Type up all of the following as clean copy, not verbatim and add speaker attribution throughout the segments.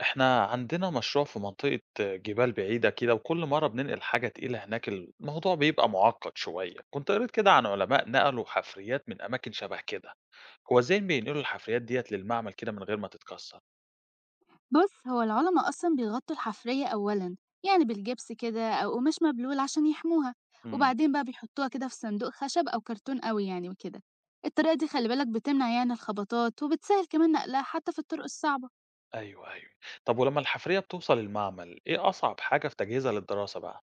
Speaker 1: إحنا عندنا مشروع في منطقة جبال بعيدة كده، وكل مرة بننقل حاجة تقيلة هناك الموضوع بيبقى معقد شوية. كنت قريت كده عن علماء نقلوا حفريات من أماكن شبه كده. هو إزاي بينقلوا الحفريات ديت للمعمل كده من غير ما تتكسر؟
Speaker 2: بص هو العلماء أصلا بيغطوا الحفرية أولا، يعني بالجبس كده أو قماش مبلول عشان يحموها.
Speaker 1: مم.
Speaker 2: وبعدين بقى بيحطوها كده في صندوق خشب أو كرتون قوي يعني وكده. الطريقة دي خلي بالك بتمنع يعني الخبطات، وبتسهل كمان نقلها حتى في الطرق الصعبة.
Speaker 1: أيوه أيوه. طب ولما الحفرية بتوصل المعمل، إيه أصعب حاجة في تجهيزها للدراسة بقى؟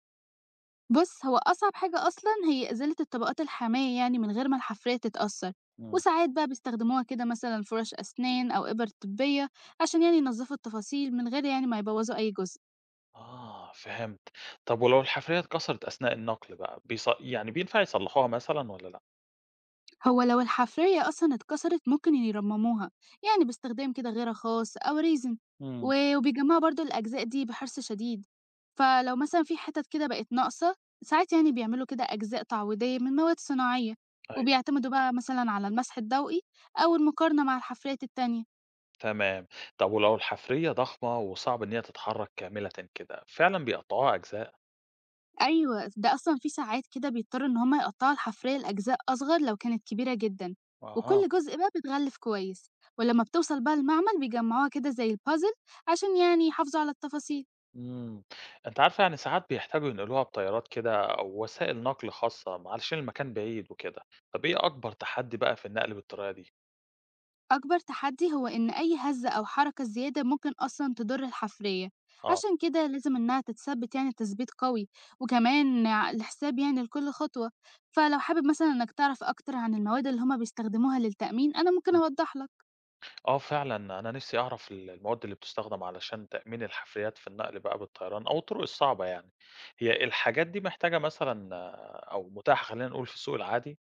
Speaker 2: بص هو أصعب حاجة أصلا هي إزالة الطبقات الحامية يعني من غير ما الحفرية تتأثر.
Speaker 1: مم.
Speaker 2: وساعات بقى بيستخدموها كده مثلا فرش أسنان أو إبر طبية عشان يعني ينظفوا التفاصيل من غير يعني ما يبوظوا أي جزء.
Speaker 1: آه فهمت. طب ولو الحفرية اتكسرت أثناء النقل بقى يعني بينفع يصلحوها مثلا ولا لأ؟
Speaker 2: هو لو الحفرية أصلا اتكسرت ممكن يرمموها، يعني باستخدام كده غيرة خاص أو ريزن.
Speaker 1: مم.
Speaker 2: و- وبيجمعوا برضو الأجزاء دي بحرص شديد. فلو مثلا في حتت كده بقت ناقصة، ساعات يعني بيعملوا كده أجزاء تعويضية من مواد صناعية، وبيعتمدوا بقى مثلا على المسح الضوئي أو المقارنة مع الحفريات التانية.
Speaker 1: تمام. طب ولو الحفرية ضخمة وصعب إن هي تتحرك كاملة كده، فعلًا بيقطعوها أجزاء؟
Speaker 2: أيوه، ده أصلًا في ساعات كده بيضطروا إن هُم يقطّعوا الحفرية لأجزاء أصغر لو كانت كبيرة جدًا،
Speaker 1: أها.
Speaker 2: وكل جزء بقى بيتغلف كويس، ولمّا بتوصل بقى المعمل بيجمّعوها كده زي الpuzzle عشان يعني يحافظوا على التفاصيل.
Speaker 1: إمم. أنت عارفة يعني ساعات بيحتاجوا ينقلوها بطيارات كده أو وسائل نقل خاصة علشان المكان بعيد وكده. طب إيه أكبر تحدي بقى في النقل بالطريقة دي؟
Speaker 2: أكبر تحدي هو إن أي هزة أو حركة زيادة ممكن أصلًا تضر الحفرية،
Speaker 1: آه.
Speaker 2: عشان كده لازم إنها تتثبت يعني تثبيت قوي، وكمان ع الحساب يعني لكل خطوة. فلو حابب مثلًا إنك تعرف أكتر عن المواد اللي هُم بيستخدموها للتأمين، أنا ممكن
Speaker 1: إمم.
Speaker 2: أوضّح لك.
Speaker 1: آه فعلًا، أنا نِفسي أعرف ال المواد اللي بتستخدم علشان تأمين الحفريات في النقل بقى بالطيران أو الطرق الصعبة يعني. هي الحاجات دي محتاجة مثلًا آه، أو متاحة خلّينا نقول في السوق العادي؟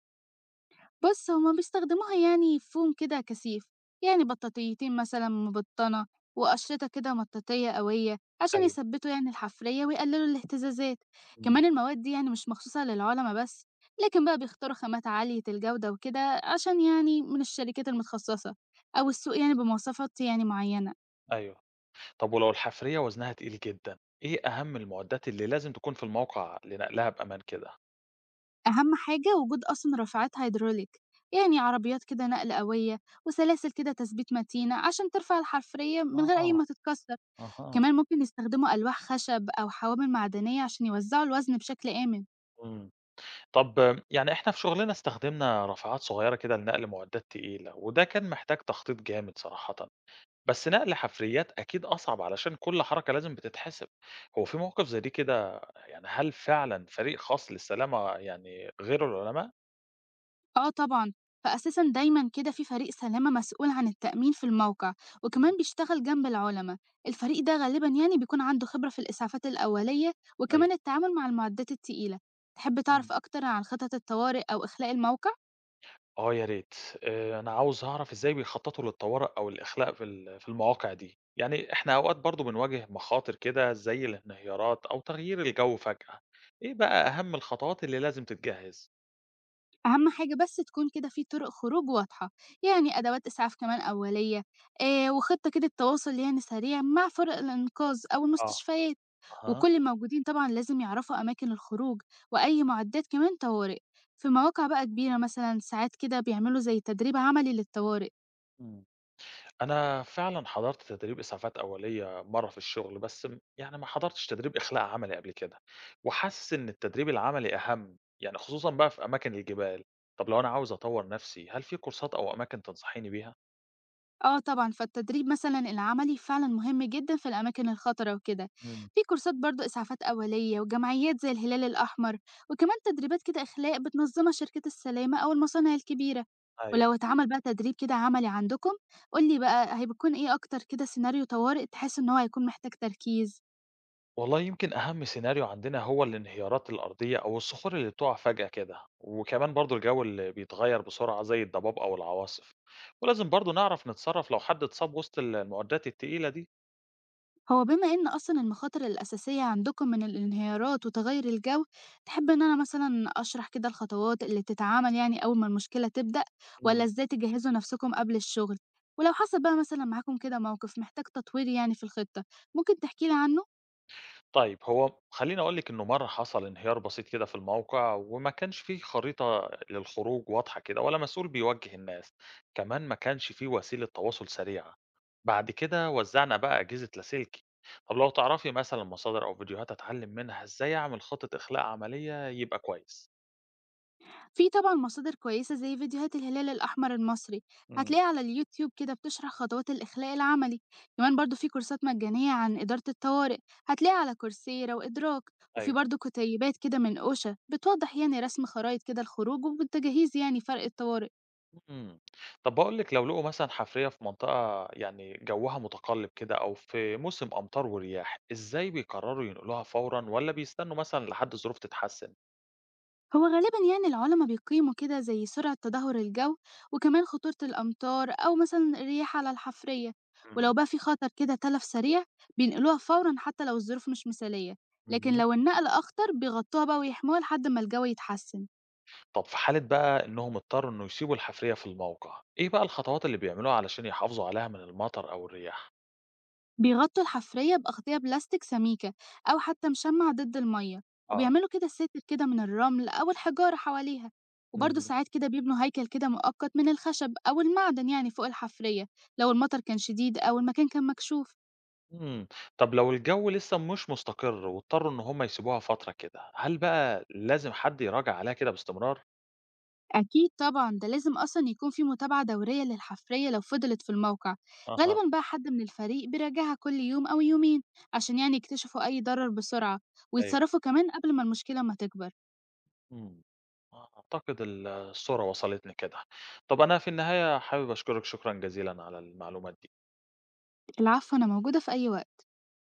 Speaker 2: بُص، هُم بيستخدموها يعني يفوهم كده كثيف، يعني بطاطيتين مثلًا مبطّنة وقشرتة كده مطاطية قوية عشان
Speaker 1: أيوه.
Speaker 2: يثبّتوا يعني الحفرية ويقللوا الاهتزازات.
Speaker 1: إمم.
Speaker 2: كمان المواد دي يعني مش مخصوصة للعُلَما بس، لكن بقى بيختاروا خامات عالية الجودة وكده، عشان يعني من الشركات المتخصصة أو السوق يعني بمواصفات يعني معيّنة.
Speaker 1: أيوه. طب ولو الحفرية وزنها تقيل جدًا، إيه أهم المعدات اللي لازم تكون في الموقع لنقلها بأمان كده؟
Speaker 2: أهم حاجة وجود أصلًا رافعات hydraulic، يعني عربيات كده نقل قوية وسلاسل كده تثبيت متينة عشان ترفع الحفرية من غير أي
Speaker 1: آه،
Speaker 2: ما تتكسر.
Speaker 1: أها.
Speaker 2: كمان ممكن يستخدموا ألواح خشب أو حوامل معدنية عشان يوزعوا الوزن بشكل آمن.
Speaker 1: إمم. طب آه، يعني إحنا في شغلنا استخدمنا رافعات صغيرة كده لنقل معدات تقيلة، وده كان محتاج تخطيط جامد صراحةً. بس نقل حفريات أكيد أصعب علشان كل حركة لازم بتتحسب. هو في مواقف زي دي كده، يعني هل فعلًا فريق خاص للسلامة يعني غير العلماء؟
Speaker 2: آه طبعا، فأساسا دايما كده في فريق سلامة مسؤول عن التأمين في الموقع، وكمان
Speaker 1: إمم،
Speaker 2: بيشتغل جنب العلماء. الفريق ده غالبا يعني بيكون عنده خبرة في الإسعافات الأولية
Speaker 1: أيوه.
Speaker 2: وكمان التعامل مع المعدات التقيلة. تحب
Speaker 1: إمم.
Speaker 2: تعرف أكتر عن خطط الطوارئ أو إخلاء الموقع؟
Speaker 1: آه يا ريت. أنا عاوز أعرف إزاي بيخطّطوا للطوارئ أو الإخلاء في في المواقع دي. يعني إحنا أوقات برضه بنواجه مخاطر كده زي الانهيارات أو تغيير الجو فجأة. إيه بقى أهم الخطوات اللي لازم تتجهز؟
Speaker 2: أهم حاجة بس تكون كده في طرق خروج واضحة، يعني أدوات إسعاف كمان أولية، وخطة كده التواصل يعني سريع مع فرق الإنقاذ أو
Speaker 1: آه.
Speaker 2: المستشفيات.
Speaker 1: أها،
Speaker 2: وكل الموجودين طبعا لازم يعرفوا أماكن الخروج وأي معدات كمان طوارئ. في مواقع بقى كبيرة مثلا ساعات كده بيعملوا زي تدريب عملي للطوارئ.
Speaker 1: إمم. أنا فعلًا حضرت تدريب إسعافات أولية مرّة في الشغل، بس يعني ما حضرتش تدريب إخلاء عملي قبل كده. وحاسس إن التدريب العملي أهم، يعني خصوصًا بقى في أماكن الجبال. طب لو أنا عاوز أطوّر نفسي، هل في كورسات أو أماكن تنصحيني بيها؟
Speaker 2: اه طبعا، فالتدريب مثلا العملي فعلا مهم جدا في الأماكن الخطرة وكده.
Speaker 1: إمم.
Speaker 2: في كورسات برضو إسعافات أولية وجمعيات زي الهلال الأحمر، وكمان تدريبات كده إخلاء بتنظمها شركة السلامة أو المصانع الكبيرة.
Speaker 1: أيوه.
Speaker 2: ولو اتعمل بقى تدريب كده عملي عندكم، قولي بقى هيكون ايه أكتر كده سيناريو طوارئ تحس إن هو هيكون محتاج تركيز.
Speaker 1: والله يمكن أهم سيناريو عندنا هو الانهيارات الأرضية أو الصخور اللي بتقع فجأة كده، وكمان برضو الجو اللي بيتغير بسرعة زي الضباب أو العواصف. ولازم برضو نعرف نتصرف لو حد اتصاب وسط المعدات التقيلة دي.
Speaker 2: هو بما إن أصلًا المخاطر الأساسية عندكم من الانهيارات وتغيُّر الجو، تحب إن أنا مثلًا أشرح كده الخطوات اللي بتتعمل يعني أول ما المشكلة تبدأ، والّا
Speaker 1: مم.
Speaker 2: إزاي تجهّزوا نفسكم قبل الشغل؟ ولو حصل بقى مثلًا معاكم كده موقف محتاج تطوير يعني في الخطة، ممكن تحكي لي عنه؟
Speaker 1: طيب، هو خلّيني أقول لِك إنه مرّة حصل انهيار بسيط كده في الموقع، وما كانش في خريطة للخروج واضحة كده ولا مسؤول بيوجّه الناس. كمان ما كانش في وسيلة تواصل سريعة. بعد كده وزّعنا بقى أجهزة لاسلكي. طب لو تعرفي مثلًا مصادر أو فيديوهات أتعلّم منها إزاي أعمل خطة إخلاء عملية يبقى كويس.
Speaker 2: في طبعًا مصادر كويسة زي فيديوهات الهلال الأحمر المصري،
Speaker 1: إمم.
Speaker 2: هتلاقيها على اليوتيوب كده بتشرح خطوات الإخلاء العملي. كمان برضه في كورسات مجانية عن إدارة الطوارئ هتلاقيها على كورسيرا وإدراك، وفي برضه كتيبات كده من أوشا بتوضح يعني رسم خرايط كده الخروج والتجهيز يعني فرق الطوارئ.
Speaker 1: إمم. طب باقول لِك، لو لقوا مثلًا حفرية في منطقة يعني جوّها متقلّب كده أو في موسم أمطار ورياح، إزاي بيقرروا ينقلوها فورًا والّا بيستنوا مثلًا لحد الظروف تتحسن؟
Speaker 2: هو غالبا يعني العلماء بيقيموا كده زي سرعة تدهور الجو وكمان خطورة الأمطار أو مثلا الرياح على الحفرية. ولو
Speaker 1: إمم.
Speaker 2: بقى في خطر كده تلف سريع بينقلوها فورا حتى لو الظروف مش مثالية. لكن
Speaker 1: اهم.
Speaker 2: لو النقل أخطر بيغطوها بقى ويحموها لحد ما الجو يتحسن.
Speaker 1: طب في حالة بقى إنهم اضطروا إنه يسيبوا الحفرية في الموقع، إيه بقى الخطوات اللي بيعملوها علشان يحافظوا عليها من المطر أو الرياح؟
Speaker 2: بيغطوا الحفرية بأغطية بلاستيك سميكة أو حتى مشمع ضد المية،
Speaker 1: آه.
Speaker 2: وبيعملوا كده ساتر كده من الرمل أو الحجارة حواليها. وبرضه
Speaker 1: اهم.
Speaker 2: ساعات كده بيبنوا هيكل كده مؤقت من الخشب أو المعدن يعني فوق الحفرية لو المطر كان شديد أو المكان كان مكشوف.
Speaker 1: إمم. طب لو الجو لسه مش مستقر واضطروا إن هم يسيبوها فترة كده، هل بقى لازم حد يراجع عليها كده باستمرار؟
Speaker 2: أكيد طبعا، ده لازم أصلا يكون في متابعة دورية للحفرية لو فضلت في الموقع.
Speaker 1: أها.
Speaker 2: غالبا بقى حد من الفريق بيراجعها كل يوم أو يومين عشان يعني يكتشفوا أي ضرر بسرعة
Speaker 1: أيوه.
Speaker 2: ويتصرفوا كمان قبل ما المشكلة ما تكبر.
Speaker 1: إمم. أعتقد الصورة وصلتني كده. طَب أنا في النهاية حابب أشكرِك شكرًا جزيلًا على المعلومات دي.
Speaker 2: العفو، أنا موجودة في أي وقت.